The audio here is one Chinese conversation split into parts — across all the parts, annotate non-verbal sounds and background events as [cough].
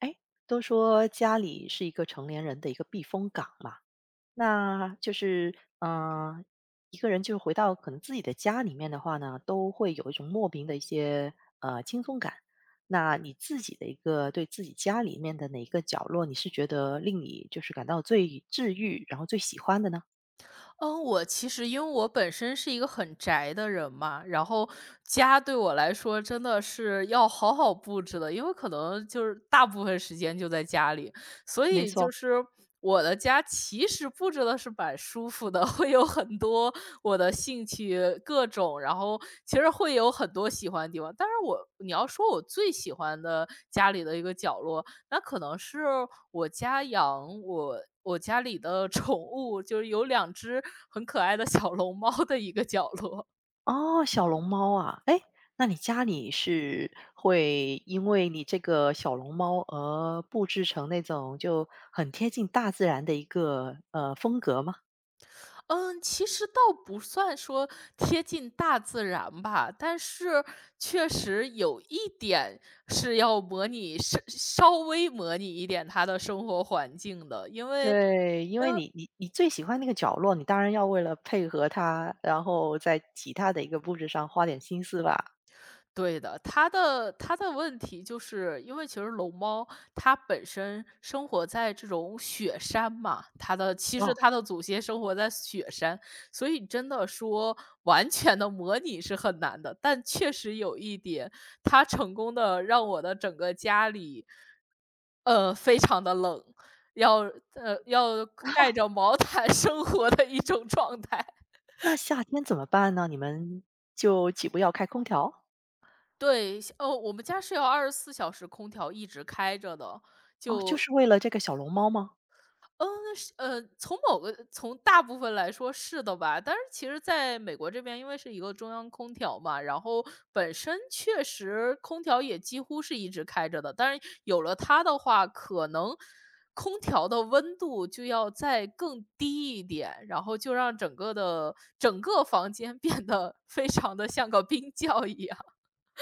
哎，都说家里是一个成年人的一个避风港嘛，那就是一个人就是回到可能自己的家里面的话呢，都会有一种莫名的一些轻松感。那你自己的一个对自己家里面的哪一个角落，你是觉得令你就是感到最治愈，然后最喜欢的呢？嗯，我其实因为我本身是一个很宅的人嘛，然后家对我来说真的是要好好布置的，因为可能就是大部分时间就在家里，所没以错。就是我的家其实布置的是蛮舒服的，[laughs] 会有很多我的兴趣各种，然后其实会有很多喜欢的地方。但是你要说我最喜欢的家里的一个角落，那可能是我家里的 [laughs] 宠物，就是有两只很可爱的小龙猫的一个角落。哦，小龙猫啊，哎，那你家里是会因为你这个小龙猫而布置成那种就很贴近大自然的一个风格吗？嗯，其实倒不算说贴近大自然吧，但是确实有一点是要模拟稍微模拟一点它的生活环境的。对，因为你最喜欢那个角落，你当然要为了配合它，然后在其他的一个布置上花点心思吧。对的，它的问题就是因为其实龙猫它本身生活在这种雪山嘛，其实哦，它的祖先生活在雪山，所以真的说完全的模拟是很难的。但确实有一点，它成功的让我的整个家里，非常的冷，要要盖着毛毯生活的一种状态。那夏天怎么办呢？你们就岂不要开空调？对，哦，我们家是要24小时空调一直开着的，哦，就就是为了这个小龙猫吗？嗯，是从某个从大部分来说是的吧，但是其实在美国这边，因为是一个中央空调嘛，然后本身确实空调也几乎是一直开着的，但是有了它的话，可能空调的温度就要再更低一点，然后就让整个房间变得 [laughs] 非常的像个冰窖一样。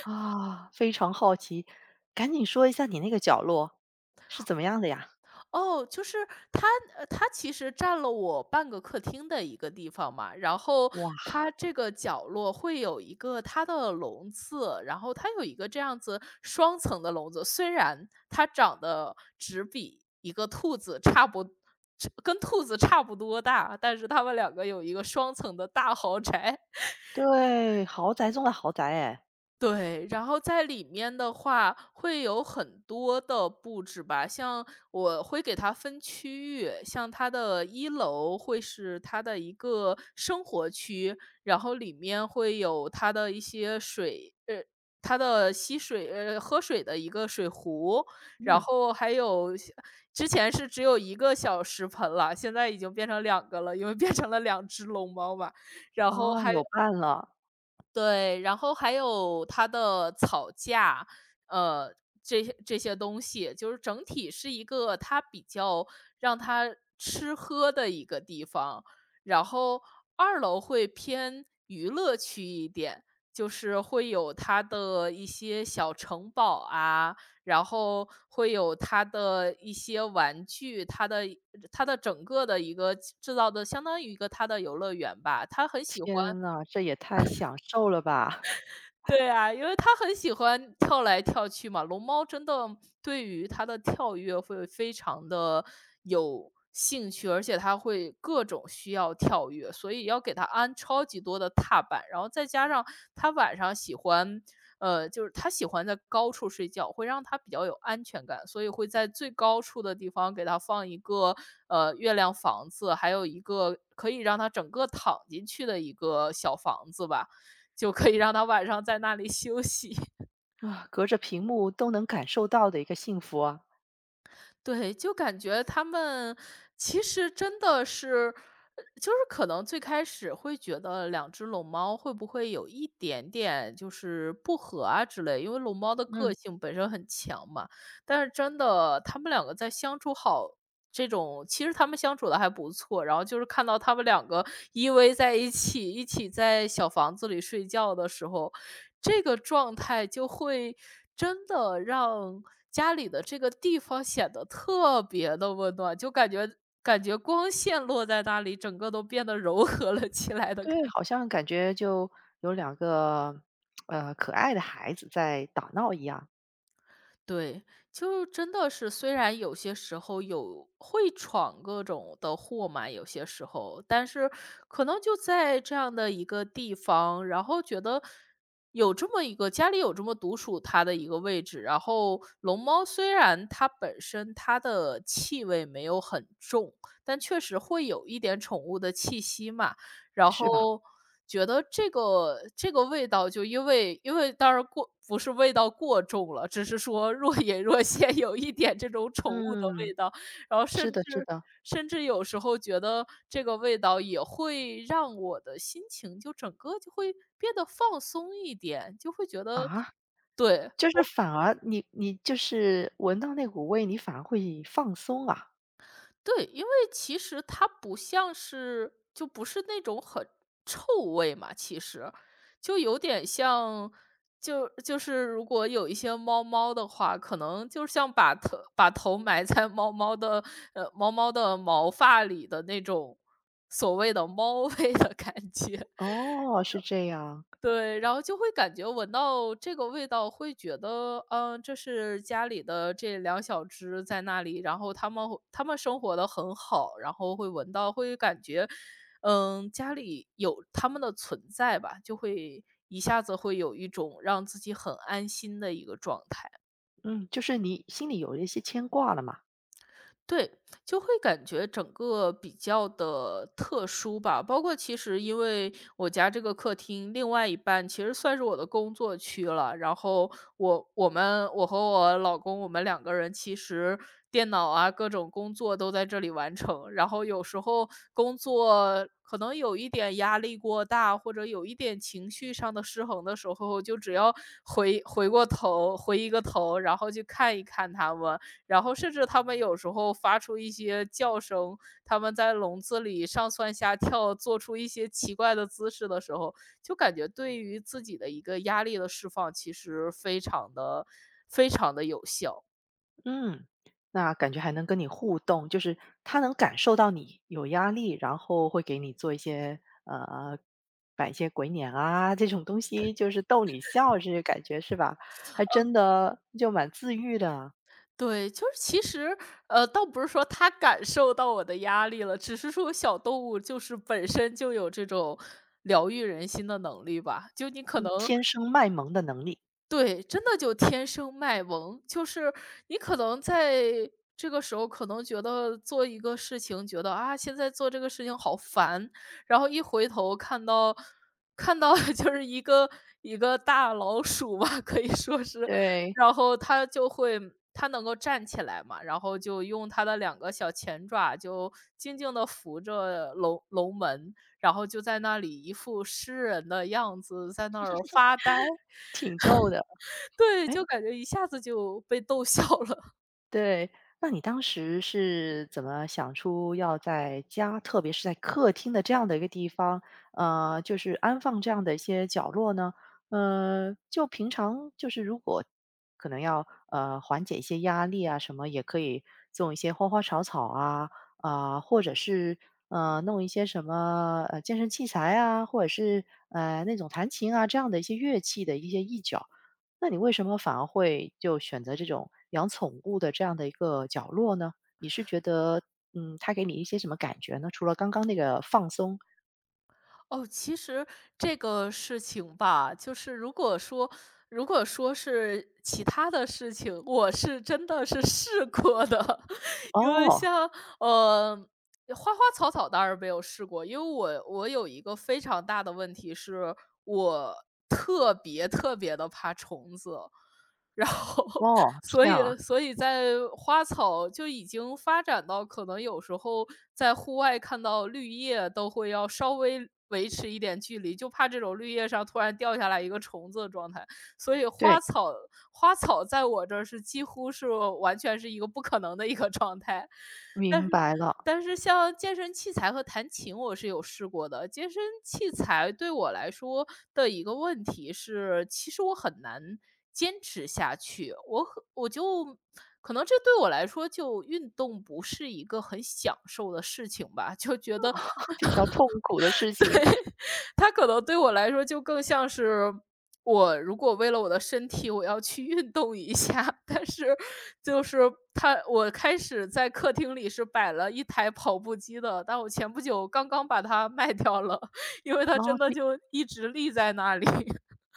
啊，非常好奇，赶紧说一下你那个角落是怎么样的呀？哦，就是它它其实占了我半个客厅的一个地方嘛，然后哇。它这个角落会有一个它的笼子，然后它有一个这样子双层的笼子，虽然它长得只比一个兔子差不只跟兔子差不多大，但是它们两个有一个双层的大豪宅。对，豪宅中的豪宅哎。对，然后在里面的话会有很多的布置吧，像我会给它分区域，像它的一楼会是它的一个生活区，然后里面会有它的一些水，它的喝水的一个水壶，然嗯。后还有像之前是只有一个小食盆了，现在已经变成两个了，因为变成了两只龙猫嘛，然后啊，还有伴了。对，然后还有它的草架，呃，这些东西，就是整体是一个它比较让它吃喝的一个地方。然后二楼会偏娱乐区一点，就是会有它的一些小城堡啊，然后会有它的一些玩具，它的整个的一个制造的相当于一个它的游乐园吧。他很喜欢天呐，这也太享受了吧！[laughs] 对啊，因为他很喜欢跳来跳去嘛，龙猫真的对于它的跳跃会非常的有兴趣，而且它会各种需要跳跃，所以要给它安超级多的踏板。然后再加上它晚上喜欢就是它喜欢在高处睡觉，会让它比较有安全感，所以会在最高处的地方给它放一个，月亮房子，还有一个可以让它整个躺进去的一个小房子吧。就可以让他晚上在那里休息。[laughs] 啊，隔着屏幕都能感受到的一个幸福啊。对，就感觉他们其实真的是就是可能最开始会觉得两只龙猫会不会有一点点就是不和啊之类，因为龙猫的个嗯，性本身很强嘛。但是真的，它们两个在相处好这种其实它们相处的还不错，然后就是看到它们两个依偎在一起，一起在小房子里睡觉的时候，这个状态就会真的让家里的这个地方显得特别的温暖，就感觉感觉光线落在那里，整个都变得柔和了起来的感。对，好像感觉就有两个可爱的孩子在打闹一样。对，就真的是虽然有些时候有会闯各种的祸嘛，有些时候，但是可能就在这样的一个地方，然后觉得有这么一个家里有这么独属它的一个位置，然后龙猫虽然它本身它的气味没有很重，但确实会有一点宠物的气息嘛，然是吧？后觉得这个味道就因为当然过不是味道过重了，只是说若隐若现有一点这种宠物的嗯，味道，然后甚是的，是至的。甚至有时候觉得这个味道也会让我的心情就整个就会变得放松一点，就会觉得啊。对，就是反而你就是闻到那股味，你反而会放松啊。对，因为其实它不像是就不是那种很臭味嘛，其实就有点像，就是如果有一些猫猫的话，可能就像把头埋在猫猫的猫猫的毛发里的那种所谓的猫 [laughs] 味的感觉。哦，是这样。对，然后就会感觉闻到这个味道，会觉得，嗯，这是家里的这两小只在那里，然后它们生活的很好，然后会闻到，会感觉，嗯，家里有它们的存在吧，就会一下子会有一种让自己很安心的一个状态。嗯，就是你心里有一些牵挂了嘛。对，就会感觉整个比较的特殊吧。包括其实因为我家这个客厅另外一半其实算是我的工作区了，然后我和我老公，我们两个人其实电脑啊，各种工作都在这里完成。然后有时候工作可能有一点压力过大，或者有一点情绪上的失衡的时候，就只要回一个头，然后去看一看他们，然后甚至他们有时候发出一些叫声，他们在笼子里上蹿下跳，做出一些奇怪的姿势的时候，就感觉对于自己的一个压力的释放，其实非常的、非常的有效。嗯，那感觉还能跟你互动，就是他能感受到你有压力，然后会给你做一些摆一些鬼脸啊这种东西，就是逗你笑这些感觉是吧？还真的就蛮自愈的啊。对，就是其实，倒不是说他感受到我的压力了，只是说小动物就是本身就有这种疗愈人心的能力吧。就你可嗯，能天生卖萌的能力。对，真的就天生卖萌。就是你可能在这个时候可能觉得做一个事情，觉得啊，现在做这个事情好烦，然后一回头看到 [laughs] 就是一个大老鼠吧，可以说是，对。然后它就会它能够站起来嘛，然后就用它的两个小前爪就静静的扶着楼门，然后就在那里一副诗人的样子，在那儿发呆。挺逗的。对，哎，就感觉一下子就被逗笑了。对，那你当时是怎么想出要在家，特别是在客厅的这样的一个地方，就是安放这样的一些角落呢？就平常就是如果可能要缓解一些压力啊什么，也可以种一些花花草草啊啊、或者是弄一些什么健身器材啊，或者是那种弹琴啊这样的一些乐器的一些一角。那你为什么反而会就选择这种养宠物的这样的一个角落呢？你是觉得，嗯，它给你一些什么感觉呢？除了刚刚那个放松，哦，其实这个事情吧，如果说是其他的事情，我是真的是试过的。[laughs] 因为哦。像，呃，花花草草当然没有试过，因为我有一个非常大的问题是，我特别特别的怕虫子，[laughs] 然后哦，是这所以样啊。所以在花草就已经发展到可能有时候在户外看到绿叶都会要稍微维持一点距离，就怕这种绿叶上突然掉下来一个虫子的状态。所以花对。草花草在我这儿是几乎是完全是一个不可能的一个状态。但是明白了。但是像健身器材和弹琴我是有试过的。健身器材对我来说的一个问题是，其实我很难坚持下去，我就可能这对我来说就运动不是一个很享受的事情吧，就觉得 [laughs] 比较痛苦的事情。它可能对我来说就更像是我如果为了我的身体，我要去运动一下，[laughs] 但是就是它，我开始在客厅里是摆了一台跑步机的，但我前不久刚刚把它卖掉了，因为它然后真的就就一直立在那里。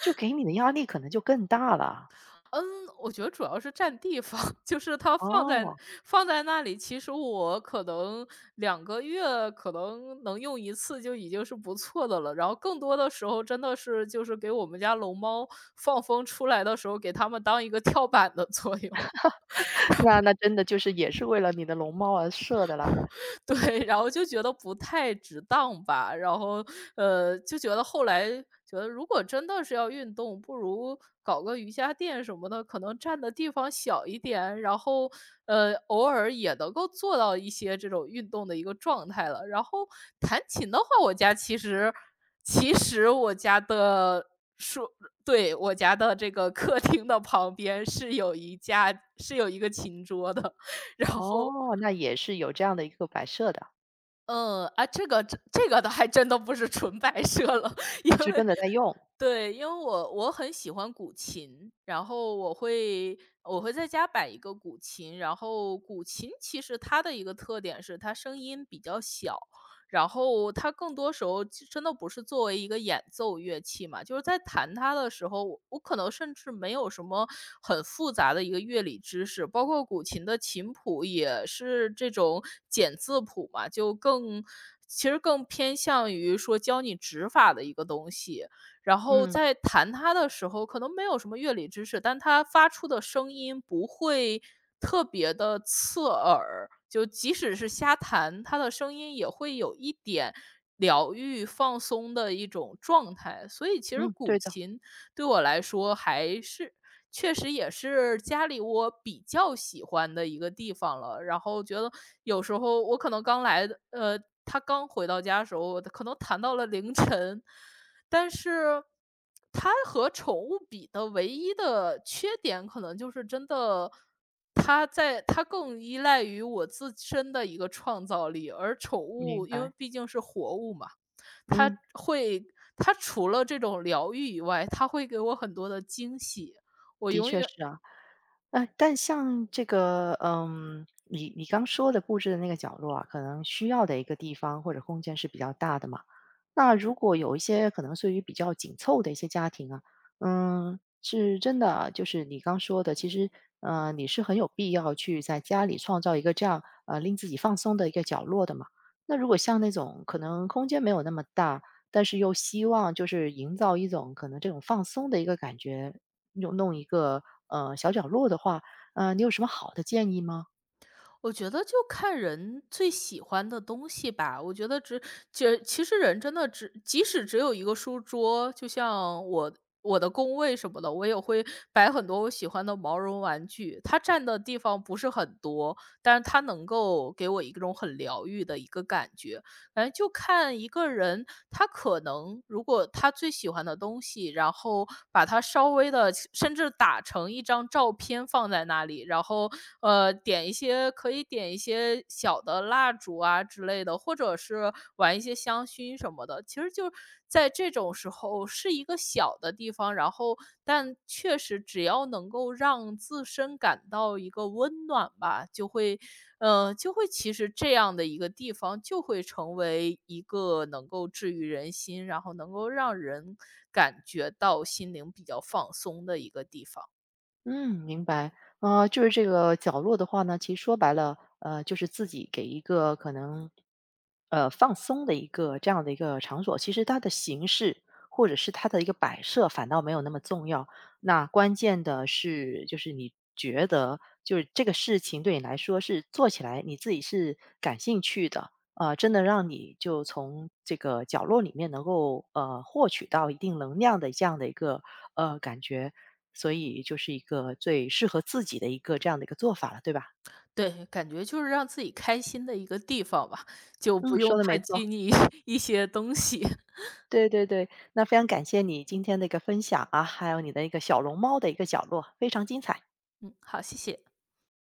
就给你的压力可能就更大了。嗯，我觉得主要是占地方，[laughs] 就是它放在哦。放在那里，其实我可能2个月可能能用一次就已经是不错的了，然后更多的时候真的是就是给我们家龙猫放风出来的时候，给它们当一个跳板的作用。[laughs] 那那真的就是也是为了你的龙猫而设的啦。[laughs] 对，然后就觉得不太值当吧，然后，就觉得后来觉得如果真的是要运动，不如搞个瑜伽垫什么的，可能占的地方小一点，然后，偶尔也能够做到一些这种运动的一个状态了。然后弹琴的话，我家其实其实我家的说对，我家的这个客厅的旁边是有一架是有一个琴桌的，[laughs] 然后哦，那也是有这样的一个摆设的。这个倒还真的不是纯白设了，[laughs] 因那就为真的在用。对，因为我很喜欢古琴，然后我会在家摆一个古琴，然后古琴其实它的一个特点是它声音比较小，然后它更多时候其真的不是作为一个演奏乐器嘛，就是在弹它的时候，我可能甚至没有什么很复杂的一个乐理知识，包括古琴的琴谱也是这种简字谱嘛，其实更偏向于说教你指法的一个东西。然后嗯。在弹它的时候，可能没有什么乐理知识，但它发出的声音不会特别的刺耳，就即使是瞎弹，它的声音也会有一点疗愈、放松的一种状态。所以其实嗯，古对的。琴对我来说还是确实也是家里我比较喜欢的一个地方了。然后觉得有时候我可能刚来的他刚回到家的时候，可能弹到了凌晨，但是它和宠物比的唯一的缺点，可能就是真的，它在它更依赖于我自身的一个创造力，而宠明物因为白。毕竟是活物嘛，它嗯。会它除了这种疗愈以外，它会给我很多的惊喜。我的永确远是啊。但像这个，嗯，你你刚说的布置的那个角落啊，可能需要的一个地方或者空间是比较大的嘛。那如果有一些可能属于比较紧凑的一些家庭啊，嗯，是真的啊，就是你刚说的，其实，你是很有必要去在家里创造一个这样，令自己放松的一个角落的嘛。那如果像那种可能空间没有那么大，但是又希望就是营造一种可能这种放松的一个感觉，有弄一个小角落的话，你有什么好的建议吗？我觉得就看人最喜欢的东西吧。我觉得只其实人真的只即使只有一个书桌，就像我的工位什么的，我也会摆很多我喜欢的毛绒玩具。它占的地方不是很多，但是它能够给我一种很疗愈的一个感觉。反正就看一个人，他可能如果他最喜欢的东西，然后把它稍微的，甚至打成一张照片放在那里，然后，点一些小的蜡烛啊之类的，或者是玩一些香薰什么的。其实就在这种时候哦，是一个小的地方，然后但确实只要能够让自身感到一个温暖吧，就会其实这样的一个地方就会成为一个能够治愈人心，然后能够让人感觉到心灵比较放松的一个地方。嗯，明白。就是这个角落的话呢，其实说白了，就是自己给一个可能，放松的一个这样的一个场所。其实它的形式或者是它的一个摆设，反倒没有那么重要。那关键的是，就是你觉得，就是这个事情对你来说是做起来你自己是感兴趣的，真的让你就从这个角落里面能够获取到一定能量的这样的一个感觉。所以就是一个最适合自己的一个这样的一个做法了，对吧？对，感觉就是让自己开心的一个地方吧，就不嗯，用说的没太拘错，泥 [laughs] 一些东西。对对对。那非常感谢你今天的一个分享啊，还有你的一个小龙猫的一个角落，非常精彩。嗯，好，谢谢。